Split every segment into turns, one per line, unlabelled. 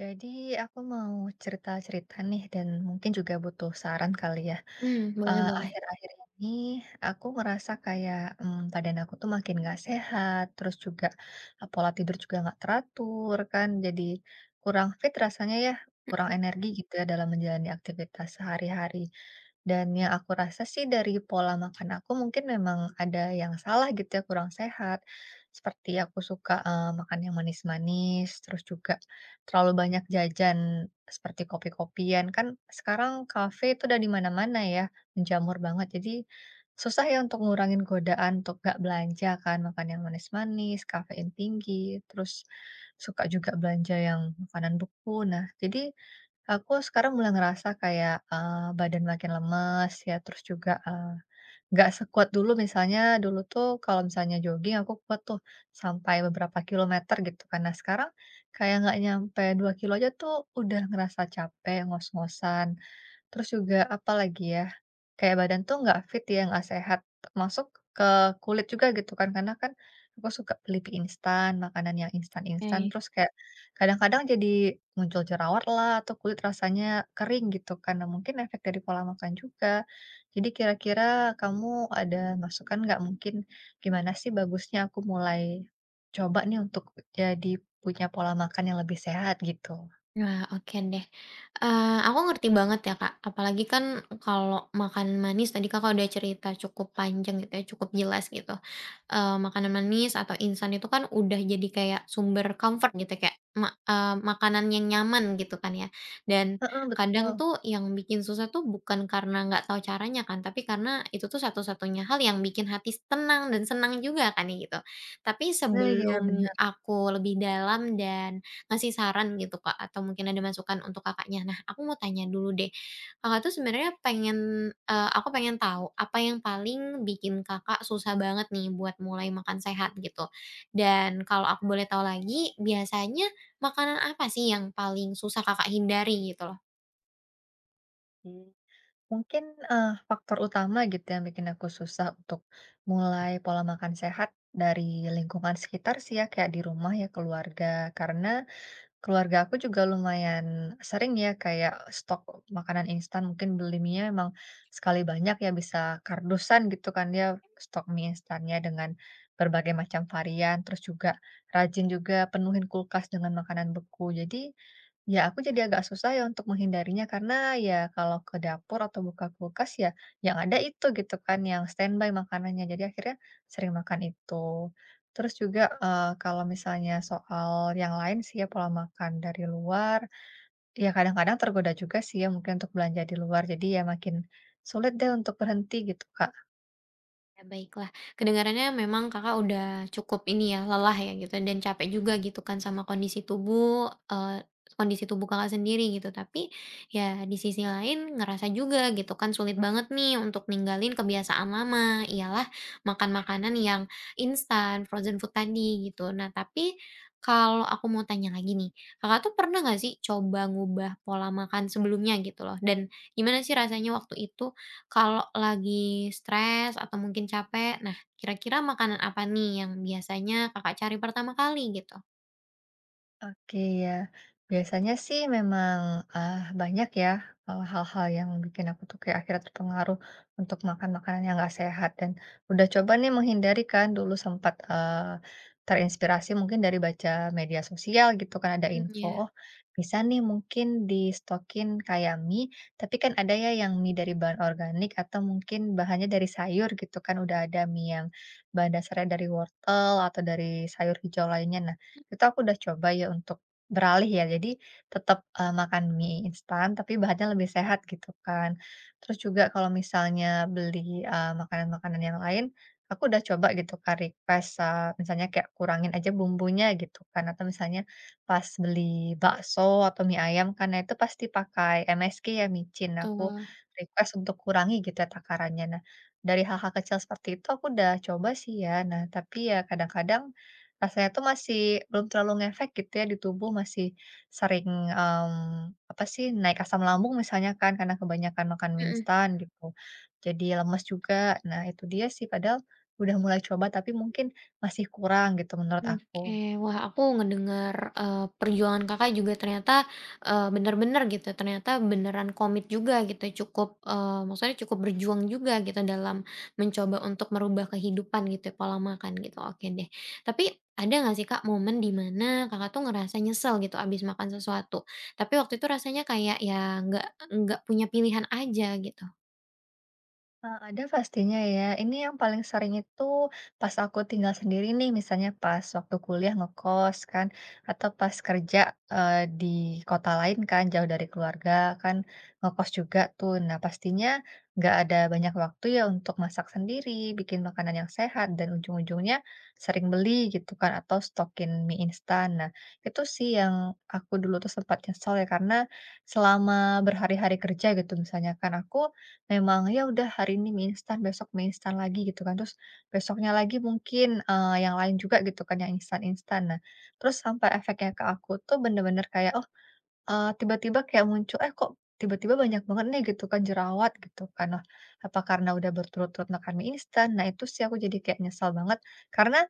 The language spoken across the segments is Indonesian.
Jadi aku mau cerita-cerita nih dan mungkin juga butuh saran kali ya.
Hmm, boleh
Eee,
boleh.
akhir-akhir ini aku ngerasa kayak, badan aku tuh makin nggak sehat, terus juga, pola tidur juga nggak teratur kan, jadi kurang fit rasanya ya, kurang energi gitu ya dalam menjalani aktivitas sehari-hari. Dan yang aku rasa sih dari pola makan aku mungkin memang ada yang salah gitu ya, kurang sehat. Seperti aku suka, makan yang manis-manis, terus juga terlalu banyak jajan seperti kopi-kopian, kan sekarang kafe itu udah di mana-mana ya, menjamur banget. Jadi, susah ya untuk ngurangin godaan untuk nggak belanja kan, makan yang manis-manis, kafein tinggi, terus suka juga belanja yang makanan beku. Nah, jadi aku sekarang mulai ngerasa kayak, badan makin lemes ya, terus juga, nggak sekuat dulu misalnya, dulu tuh kalau misalnya jogging aku kuat tuh sampai beberapa kilometer gitu karena sekarang kayak nggak nyampe 2 kilo aja tuh udah ngerasa capek, ngos-ngosan. Terus juga apa lagi ya, kayak badan tuh nggak fit ya, nggak sehat, masuk ke kulit juga gitu kan, karena kan aku suka beli mie instan, makanan yang instan-instan,
Oke.
terus kayak kadang-kadang jadi muncul jerawat lah atau kulit rasanya kering gitu karena mungkin efek dari pola makan juga. Jadi kira-kira kamu ada masukan nggak mungkin gimana sih bagusnya aku mulai coba nih untuk jadi punya pola makan yang lebih sehat gitu?
Nah, oke deh. Aku ngerti banget ya, Kak. Apalagi kan kalau makan manis tadi Kakak udah cerita cukup panjang gitu ya, cukup jelas gitu. Makanan manis atau instan itu kan udah jadi kayak sumber comfort gitu, kayak makanan yang nyaman gitu kan ya. Dan
Heeh,
kadang
betul.
tuh yang bikin susah tuh bukan karena nggak tahu caranya kan, tapi karena itu tuh satu-satunya hal yang bikin hati tenang dan senang juga kan ya gitu. Tapi
Nah, iya
sebelum aku lebih dalam dan ngasih saran gitu, Kak, atau mungkin ada masukan untuk Kakaknya. Nah, aku mau tanya dulu deh, Kakak tuh sebenarnya pengen aku pengen tahu apa yang paling bikin Kakak susah banget nih buat mulai makan sehat gitu? Dan kalau aku boleh tahu lagi, biasanya makanan apa sih yang paling susah Kakak hindari gitu loh?
bener. Mungkin, faktor utama gitu yang bikin aku susah untuk mulai pola makan sehat dari lingkungan sekitar sih ya, kayak di rumah ya, keluarga. Karena keluarga aku juga lumayan sering ya kayak stok makanan instan, mungkin beli mie emang sekali banyak ya bisa kardusan gitu kan dia stok mie instannya dengan berbagai macam varian, terus juga rajin juga penuhin kulkas dengan makanan beku. Jadi ya, aku jadi agak susah ya untuk menghindarinya karena ya kalau ke dapur atau buka kulkas ya yang ada itu gitu kan yang standby makanannya. Jadi akhirnya sering makan itu. Terus juga kalau misalnya soal yang lain sih ya pola makan dari luar, ya kadang-kadang tergoda juga sih ya mungkin untuk belanja di luar. Jadi ya makin sulit deh untuk berhenti gitu, Kak.
Ya, baiklah. Kedengarannya memang Kakak udah cukup ini ya, lelah ya gitu dan capek juga gitu kan sama kondisi tubuh, kondisi tubuh Kakak sendiri gitu. Tapi ya di sisi lain ngerasa juga gitu kan sulit banget nih untuk ninggalin kebiasaan lama, ialah makan makanan yang instan, frozen food tadi gitu. Nah, tapi kalau aku mau tanya lagi nih, Kakak tuh pernah nggak sih coba ngubah pola makan sebelumnya gitu loh? Dan gimana sih rasanya waktu itu? Kalau lagi stres atau mungkin capek, nah kira-kira makanan apa nih yang biasanya Kakak cari pertama kali gitu?
Oke ya, biasanya sih memang, ah, banyak ya, hal-hal yang bikin aku tuh kayak akhirnya terpengaruh untuk makan makanan yang gak sehat dan udah coba nih menghindari kan dulu sempat, terinspirasi mungkin dari baca media sosial gitu kan ada
Mmm,
info,
ya,
oh bisa nih mungkin di stokin kayak mie, tapi kan ada ya yang mie dari bahan organik atau mungkin bahannya dari sayur gitu kan udah ada mie yang bahan dasarnya dari wortel atau dari sayur hijau lainnya. Nah itu aku udah coba ya untuk beralih ya, jadi tetap, makan mie instan tapi bahannya lebih sehat gitu kan. Terus juga kalau misalnya beli, makanan-makanan yang lain, aku udah coba gitu Kak request, misalnya kayak kurangin aja bumbunya gitu kan, atau misalnya pas beli bakso atau mie ayam kan, nah itu pasti pakai MSG ya, micin. Aku
betul.
request untuk kurangi gitu ya takarannya. Nah, dari hal-hal kecil seperti itu aku udah coba sih ya. Nah, tapi ya kadang-kadang rasanya tuh masih belum terlalu ngefek gitu ya di tubuh, masih sering, apa sih, naik asam lambung misalnya kan karena kebanyakan makan mie
Mhm.
instan gitu, jadi lemes juga. Nah itu dia sih, padahal udah mulai coba tapi mungkin masih kurang gitu menurut aku.
Oke, wah aku ngedengar, perjuangan Kakak juga ternyata, bener-bener gitu, ternyata beneran komit juga gitu, cukup, maksudnya cukup berjuang juga gitu dalam mencoba untuk merubah kehidupan gitu ya, pola makan gitu, oke deh. Tapi ada nggak sih Kak momen di mana Kakak tuh ngerasa nyesel gitu abis makan sesuatu, tapi waktu itu rasanya kayak ya nggak punya pilihan aja gitu?
Ada pastinya ya. Ini yang paling sering itu pas aku tinggal sendiri nih, misalnya pas waktu kuliah ngekos kan, atau pas kerja, di kota lain kan, jauh dari keluarga kan, ngekos juga tuh. Nah, pastinya nggak ada banyak waktu ya untuk masak sendiri, bikin makanan yang sehat, dan ujung-ujungnya sering beli gitu kan, atau stokin mie instan. Nah, itu sih yang aku dulu tuh sempat nyesel ya, karena selama berhari-hari kerja gitu misalnya kan, aku memang, ya udah hari ini mie instan, besok mie instan lagi gitu kan, terus besoknya lagi mungkin, yang lain juga gitu kan yang instan-instan. Nah, terus sampai efeknya ke aku tuh bener-bener kayak, oh, tiba-tiba kayak muncul, "Eh, kok tiba-tiba banyak banget nih," gitu kan, "jerawat?" Gitu kan. Wah, apa karena udah berturut-turut makan mie instan? Nah, itu sih aku jadi kayak nyesal banget karena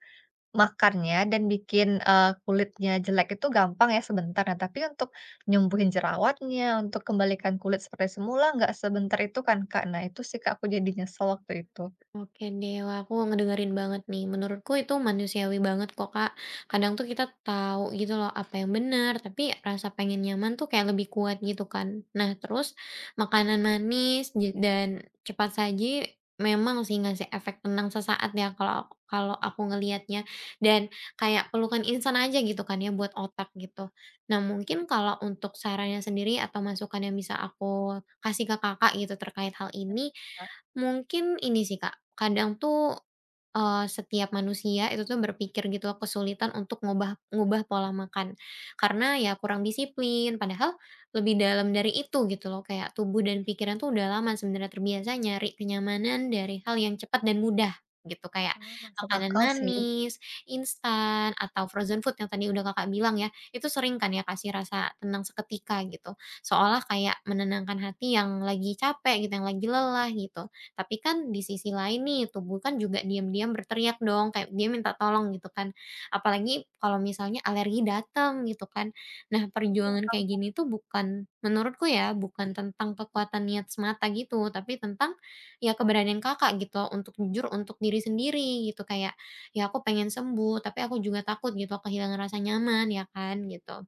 makannya dan bikin, kulitnya jelek itu gampang ya sebentar, nah tapi untuk nyembuhin jerawatnya, untuk kembalikan kulit seperti semula nggak sebentar itu kan, Kak. Nah itu sih, Kak, aku jadi nyesel waktu itu.
Oke deh, wah aku ngedengerin banget nih. Menurutku itu manusiawi banget kok Kak. Kadang tuh kita tahu gitu loh apa yang benar, tapi rasa pengen nyaman tuh kayak lebih kuat gitu kan. Nah terus makanan manis dan cepat saji memang sih ngasih efek tenang sesaat ya kalau aku ngelihatnya dan kayak pelukan instan aja gitu kan ya buat otak gitu. Nah mungkin kalau untuk sarannya sendiri atau masukan yang bisa aku kasih ke kakak gitu terkait hal
Nah,
ini.
Kak,
Mungkin ini sih Kak, kadang tuh, setiap manusia itu tuh berpikir gitu loh kesulitan untuk ngubah ngubah pola makan, karena ya kurang disiplin, padahal lebih dalam dari itu gitu loh, kayak tubuh dan pikiran tuh udah lama sebenarnya terbiasa nyari kenyamanan dari hal yang cepat dan mudah gitu, kayak
masuk
makanan
akal sih.
manis, instan, atau frozen food yang tadi udah Kakak bilang ya, itu sering kan ya kasih rasa tenang seketika gitu, seolah kayak menenangkan hati yang lagi capek gitu, yang lagi lelah gitu. Tapi kan di sisi lain nih tubuh kan juga diam-diam berteriak dong kayak dia minta tolong gitu kan. Apalagi kalau misalnya alergi datang gitu kan. Nah
Iya,
perjuangan kayak
Kak.
gini tuh bukan menurutku ya bukan tentang kekuatan niat semata gitu, tapi tentang ya keberanian Kakak gitu untuk jujur untuk diri sendiri gitu kayak, "Ya aku pengen sembuh tapi aku juga takut gitu kehilangan rasa nyaman," ya kan gitu.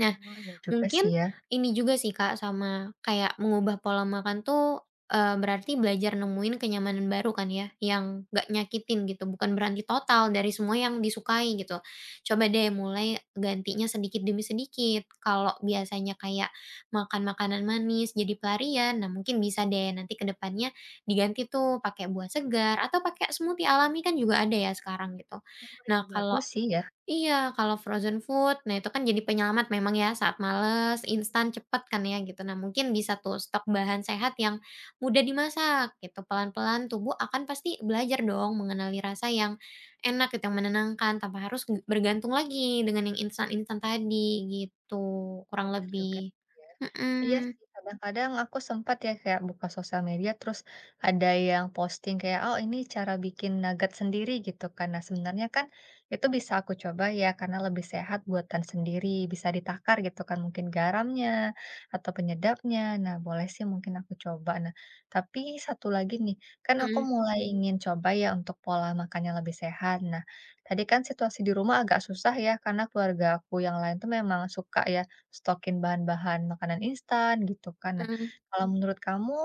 Nah,
Oh, iya juga
mungkin
sih ya.
ini juga sih, Kak, sama kayak mengubah pola makan tuh, berarti belajar nemuin kenyamanan baru kan ya, yang nggak nyakitin gitu, bukan berhenti total dari semua yang disukai gitu. Coba deh mulai gantinya sedikit demi sedikit, kalau biasanya kayak makan makanan manis jadi pelarian, nah mungkin bisa deh nanti ke depannya diganti tuh pakai buah segar atau pakai smoothie alami kan juga ada ya sekarang gitu.
Oh, ide
Nah kalau
bagus sih ya.
iya, kalau frozen food, nah itu kan jadi penyelamat memang ya saat males, instan, cepet kan ya gitu. Nah mungkin bisa tuh stok bahan sehat yang mudah dimasak gitu. Pelan-pelan tubuh akan pasti belajar dong mengenali rasa yang enak gitu, yang menenangkan tanpa harus bergantung lagi dengan yang instan-instan tadi gitu, kurang
Bener juga
lebih.
ya. Iya
Mm-mm,
sih, kadang-kadang aku sempat ya kayak buka sosial media terus ada yang posting kayak, "Oh, ini cara bikin nugget sendiri," gitu kan. Nah, sebenarnya kan itu bisa aku coba ya karena lebih sehat buatan sendiri, bisa ditakar gitu kan mungkin garamnya atau penyedapnya. Nah, boleh sih mungkin aku coba. Nah, tapi satu lagi nih, kan aku
mm-mm,
mulai ingin coba ya untuk pola makannya lebih sehat. Nah, tadi kan situasi di rumah agak susah ya karena keluarga aku yang lain tuh memang suka ya stokin bahan-bahan makanan instan gitu kan. Nah,
mm-mm.
kalau menurut kamu,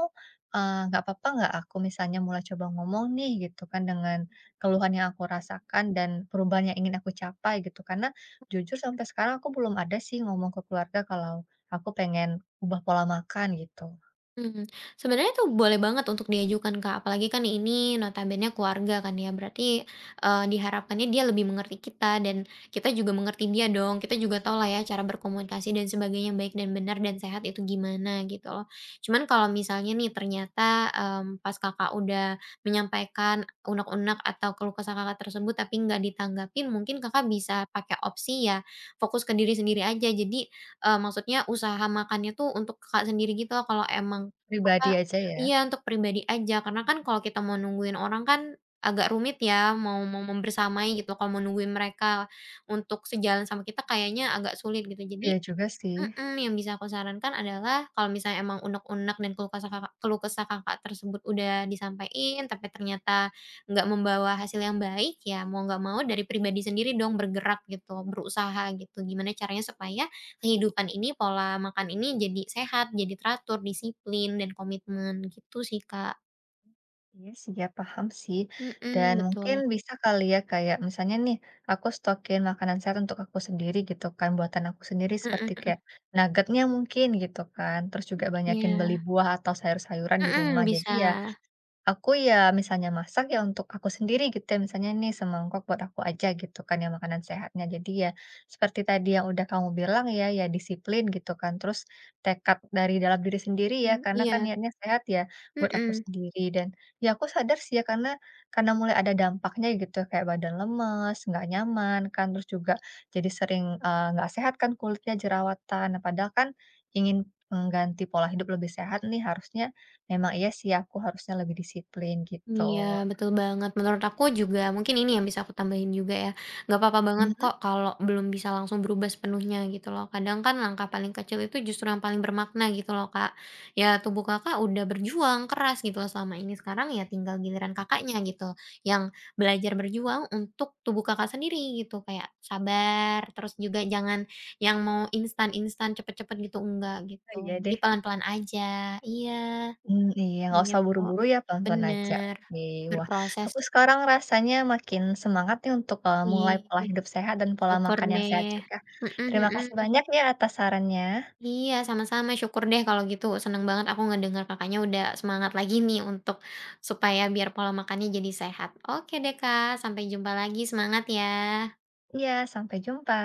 nggak apa-apa nggak aku misalnya mulai coba ngomong nih gitu kan dengan keluhan yang aku rasakan dan perubahan yang ingin aku capai gitu? Karena jujur sampai sekarang aku belum ada sih ngomong ke keluarga kalau aku pengen ubah pola makan gitu.
Hmm, sebenarnya tuh boleh banget untuk diajukan, Kak, apalagi kan ini notabene keluarga kan ya, berarti, diharapkannya dia lebih mengerti kita dan kita juga mengerti dia dong, kita juga tahu lah ya cara berkomunikasi dan sebagainya yang baik dan benar dan sehat itu gimana gitu loh. Cuman kalau misalnya nih ternyata, pas Kakak udah menyampaikan unek-unek atau keluh kesah Kakak tersebut tapi nggak ditanggapin, mungkin Kakak bisa pakai opsi ya fokus ke diri sendiri aja. Jadi, maksudnya usaha makannya tuh untuk Kakak sendiri gitu loh kalau emang
Pribadi
apa
aja ya.
iya, untuk pribadi aja, karena kan kalau kita mau nungguin orang kan agak rumit ya, mau mau membersamai gitu, kalau mau nungguin mereka untuk sejalan sama kita kayaknya agak sulit gitu.
Iya
Jadi,
juga sih.
mhm, yang bisa aku sarankan adalah kalau misalnya emang unek-unek dan keluh kesah Kakak tersebut udah disampaikan tapi ternyata nggak membawa hasil yang baik, ya mau nggak mau dari pribadi sendiri dong bergerak gitu, berusaha gitu. Gimana caranya supaya kehidupan ini, pola makan ini jadi sehat, jadi teratur, disiplin, dan komitmen gitu sih, Kak.
Iya sih ya, paham sih. Dan
Mhm,
mungkin
betul.
bisa kali ya kayak misalnya nih, aku stokin makanan sehat untuk aku sendiri gitu kan, buatan aku sendiri seperti
Mhm,
kayak nuggetnya mungkin gitu kan, terus juga banyakin
iya.
beli buah atau sayur-sayuran di
Mhm,
rumah. Jadi
bisa.
ya aku ya misalnya masak ya untuk aku sendiri gitu ya, misalnya nih semangkok buat aku aja gitu kan ya makanan sehatnya. Jadi ya seperti tadi yang udah kamu bilang ya, ya disiplin gitu kan. Terus tekad dari dalam diri sendiri ya,
Mm,
karena kan
iya,
niatnya sehat ya buat aku
mhm.
sendiri. Dan ya aku sadar sih ya karena mulai ada dampaknya gitu kayak badan lemes, nggak nyaman kan. Terus juga jadi sering nggak sehat kan kulitnya jerawatan. Nah, padahal kan ingin mengganti pola hidup lebih sehat nih harusnya memang iya sih aku harusnya lebih disiplin gitu.
Iya, betul banget. Menurut aku juga mungkin ini yang bisa aku tambahin juga ya, nggak apa-apa banget
Mhm,
kok kalau belum bisa langsung berubah sepenuhnya gitu loh. Kadang kan langkah paling kecil itu justru yang paling bermakna gitu loh Kak. Ya tubuh Kakak udah berjuang keras gitu loh selama ini, sekarang ya tinggal giliran Kakaknya gitu, yang belajar berjuang untuk tubuh Kakak sendiri gitu. Kayak sabar, terus juga jangan yang mau instan-instan, cepet-cepet gitu, enggak
oh
gitu.
iya
Jadi
deh.
pelan-pelan aja, iya,
Mmm, iya nggak usah
gitu.
buru-buru ya pelan-pelan aja,
Bener,
oke. Wah,
berproses
aku sekarang rasanya makin semangat nih untuk, mulai
sih,
pola hidup sehat dan pola
syukur
makan yang sehat
deh,
juga.
mhm
Terima kasih
mhm.
banyak ya atas sarannya.
Iya, sama-sama, syukur deh kalau gitu, seneng banget aku ngedengar Kakaknya udah semangat lagi nih untuk supaya biar pola makannya jadi sehat. Oke deh Kak, sampai jumpa lagi, semangat ya.
Iya, sampai jumpa.